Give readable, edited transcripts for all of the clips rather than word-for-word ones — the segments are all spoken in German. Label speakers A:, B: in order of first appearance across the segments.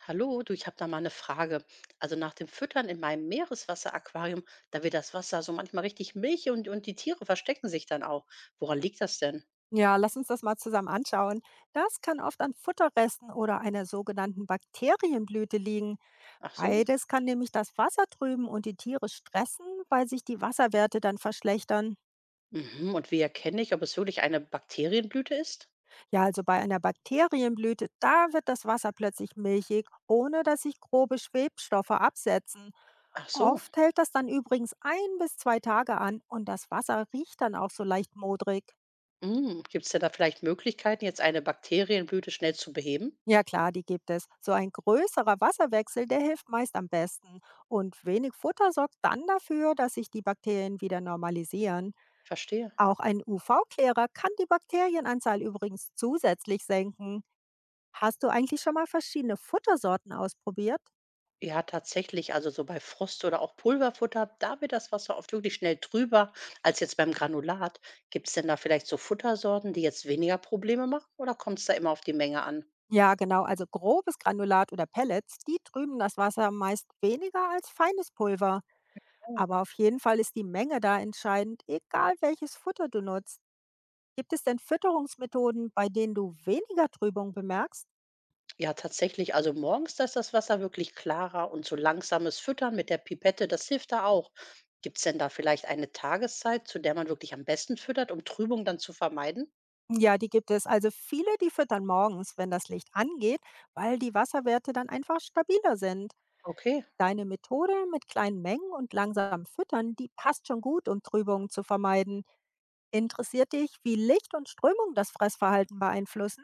A: Hallo, du, ich habe da mal eine Frage. Also nach dem Füttern in meinem Meereswasseraquarium, da wird das Wasser so manchmal richtig milchig und die Tiere verstecken sich dann auch. Woran liegt das denn?
B: Ja, lass uns das mal zusammen anschauen. Das kann oft an Futterresten oder einer sogenannten Bakterienblüte liegen.
A: Ach so.
B: Beides kann nämlich das Wasser trüben und die Tiere stressen, weil sich die Wasserwerte dann verschlechtern.
A: Mhm. Und wie erkenne ich, ob es wirklich eine Bakterienblüte ist?
B: Ja, also bei einer Bakterienblüte, da wird das Wasser plötzlich milchig, ohne dass sich grobe Schwebstoffe absetzen.
A: Ach so.
B: Oft hält das dann übrigens ein bis zwei Tage an und das Wasser riecht dann auch so leicht modrig.
A: Mhm. Gibt es denn da vielleicht Möglichkeiten, jetzt eine Bakterienblüte schnell zu beheben?
B: Ja klar, die gibt es. So ein größerer Wasserwechsel, der hilft meist am besten. Und wenig Futter sorgt dann dafür, dass sich die Bakterien wieder normalisieren.
A: Verstehe.
B: Auch ein UV-Klärer kann die Bakterienanzahl übrigens zusätzlich senken. Hast du eigentlich schon mal verschiedene Futtersorten ausprobiert?
A: Ja, tatsächlich. Also so bei Frost oder auch Pulverfutter, da wird das Wasser oft wirklich schnell trüber als jetzt beim Granulat. Gibt es denn da vielleicht so Futtersorten, die jetzt weniger Probleme machen oder kommt es da immer auf die Menge an?
B: Ja, genau, also grobes Granulat oder Pellets, die trüben das Wasser meist weniger als feines Pulver.
A: Oh.
B: Aber auf jeden Fall ist die Menge da entscheidend, egal welches Futter du nutzt. Gibt es denn Fütterungsmethoden, bei denen du weniger Trübung bemerkst?
A: Ja, tatsächlich. Also morgens, da ist das Wasser wirklich klarer und so langsames Füttern mit der Pipette, das hilft da auch. Gibt es denn da vielleicht eine Tageszeit, zu der man wirklich am besten füttert, um Trübung dann zu vermeiden?
B: Ja, die gibt es. Also viele, die füttern morgens, wenn das Licht angeht, weil die Wasserwerte dann einfach stabiler sind.
A: Okay.
B: Deine Methode mit kleinen Mengen und langsamem Füttern, die passt schon gut, um Trübungen zu vermeiden. Interessiert dich, wie Licht und Strömung das Fressverhalten beeinflussen?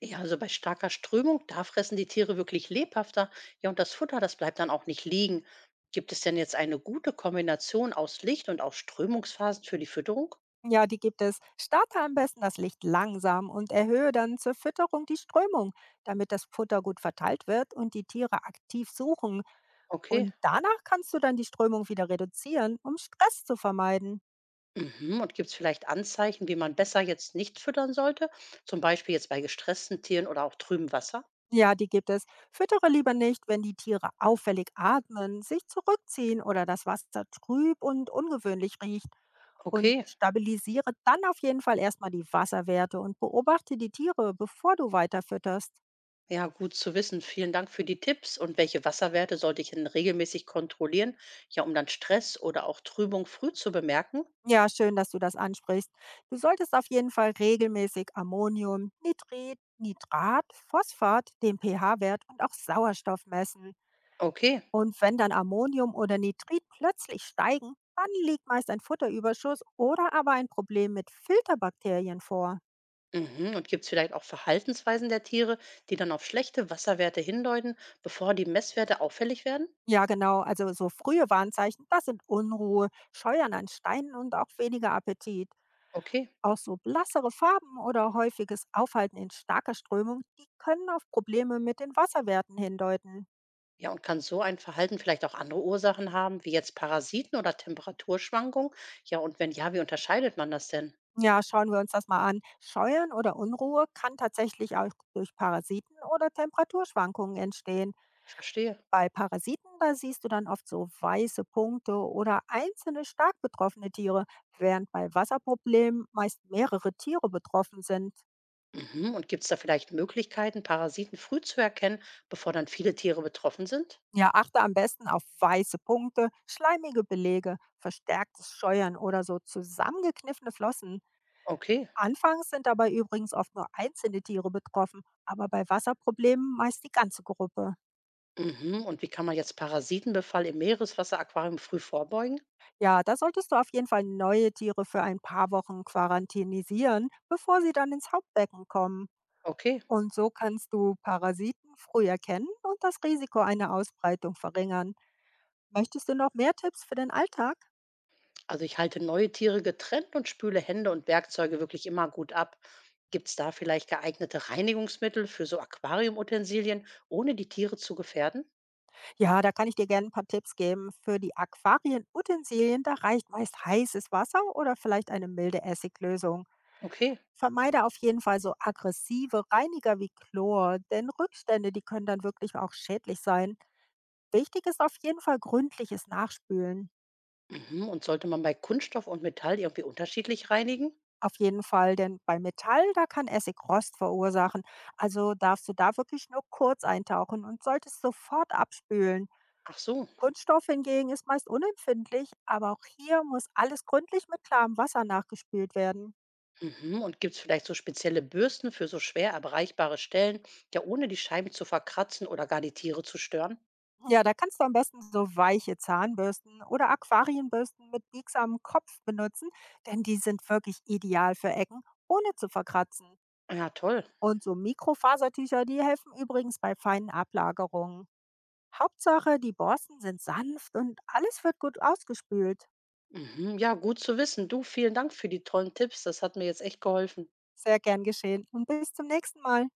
A: Ja, also bei starker Strömung, da fressen die Tiere wirklich lebhafter. Ja, und das Futter, das bleibt dann auch nicht liegen. Gibt es denn jetzt eine gute Kombination aus Licht und auch Strömungsphasen für die Fütterung?
B: Ja, die gibt es. Starte am besten das Licht langsam und erhöhe dann zur Fütterung die Strömung, damit das Futter gut verteilt wird und die Tiere aktiv suchen.
A: Okay.
B: Und danach kannst du dann die Strömung wieder reduzieren, um Stress zu vermeiden.
A: Mhm. Und gibt es vielleicht Anzeichen, wie man besser jetzt nicht füttern sollte? Zum Beispiel jetzt bei gestressten Tieren oder auch trübem Wasser?
B: Ja, die gibt es. Füttere lieber nicht, wenn die Tiere auffällig atmen, sich zurückziehen oder das Wasser trüb und ungewöhnlich riecht. Und
A: Okay.
B: stabilisiere dann auf jeden Fall erstmal die Wasserwerte und beobachte die Tiere, bevor du weiter fütterst.
A: Ja, gut zu wissen. Vielen Dank für die Tipps. Und welche Wasserwerte sollte ich denn regelmäßig kontrollieren? Ja, um dann Stress oder auch Trübung früh zu bemerken?
B: Ja, schön, dass du das ansprichst. Du solltest auf jeden Fall regelmäßig Ammonium, Nitrit, Nitrat, Phosphat, den pH-Wert und auch Sauerstoff messen.
A: Okay.
B: Und wenn dann Ammonium oder Nitrit plötzlich steigen, dann liegt meist ein Futterüberschuss oder aber ein Problem mit Filterbakterien vor.
A: Mhm. Und gibt es vielleicht auch Verhaltensweisen der Tiere, die dann auf schlechte Wasserwerte hindeuten, bevor die Messwerte auffällig werden?
B: Ja, genau, also so frühe Warnzeichen, das sind Unruhe, Scheuern an Steinen und auch weniger Appetit.
A: Okay.
B: Auch so blassere Farben oder häufiges Aufhalten in starker Strömung, die können auf Probleme mit den Wasserwerten hindeuten.
A: Ja, und kann so ein Verhalten vielleicht auch andere Ursachen haben, wie jetzt Parasiten oder Temperaturschwankungen? Ja, und wenn ja, wie unterscheidet man das denn?
B: Ja, schauen wir uns das mal an. Scheuern oder Unruhe kann tatsächlich auch durch Parasiten oder Temperaturschwankungen entstehen.
A: Verstehe.
B: Bei Parasiten, da siehst du dann oft so weiße Punkte oder einzelne stark betroffene Tiere, während bei Wasserproblemen meist mehrere Tiere betroffen sind.
A: Mhm. Und gibt es da vielleicht Möglichkeiten, Parasiten früh zu erkennen, bevor dann viele Tiere betroffen sind?
B: Ja, achte am besten auf weiße Punkte, schleimige Belege, verstärktes Scheuern oder so zusammengekniffene Flossen.
A: Okay.
B: Anfangs sind dabei übrigens oft nur einzelne Tiere betroffen, aber bei Wasserproblemen meist die ganze Gruppe.
A: Mhm. Und wie kann man jetzt Parasitenbefall im Meereswasseraquarium früh vorbeugen?
B: Ja, da solltest du auf jeden Fall neue Tiere für ein paar Wochen quarantinisieren, bevor sie dann ins Hauptbecken kommen.
A: Okay.
B: Und so kannst du Parasiten früh erkennen und das Risiko einer Ausbreitung verringern. Möchtest du noch mehr Tipps für den Alltag?
A: Also ich halte neue Tiere getrennt und spüle Hände und Werkzeuge wirklich immer gut ab. Gibt es da vielleicht geeignete Reinigungsmittel für so Aquariumutensilien, ohne die Tiere zu gefährden?
B: Ja, da kann ich dir gerne ein paar Tipps geben. Für die Aquarienutensilien, da reicht meist heißes Wasser oder vielleicht eine milde Essiglösung.
A: Okay.
B: Vermeide auf jeden Fall so aggressive Reiniger wie Chlor, denn Rückstände, die können dann wirklich auch schädlich sein. Wichtig ist auf jeden Fall gründliches Nachspülen.
A: Mhm. Und sollte man bei Kunststoff und Metall irgendwie unterschiedlich reinigen?
B: Auf jeden Fall, denn bei Metall, da kann Essig Rost verursachen. Also darfst du da wirklich nur kurz eintauchen und solltest sofort abspülen.
A: Ach so.
B: Kunststoff hingegen ist meist unempfindlich, aber auch hier muss alles gründlich mit klarem Wasser nachgespült werden.
A: Mhm. Und gibt es vielleicht so spezielle Bürsten für so schwer erreichbare Stellen, ja ohne die Scheiben zu verkratzen oder gar die Tiere zu stören?
B: Ja, da kannst du am besten so weiche Zahnbürsten oder Aquarienbürsten mit biegsamem Kopf benutzen, denn die sind wirklich ideal für Ecken, ohne zu verkratzen.
A: Ja, toll.
B: Und so Mikrofasertücher, die helfen übrigens bei feinen Ablagerungen. Hauptsache, die Borsten sind sanft und alles wird gut ausgespült.
A: Mhm. Ja, gut zu wissen. Du, vielen Dank für die tollen Tipps. Das hat mir jetzt echt geholfen.
B: Sehr gern geschehen und bis zum nächsten Mal.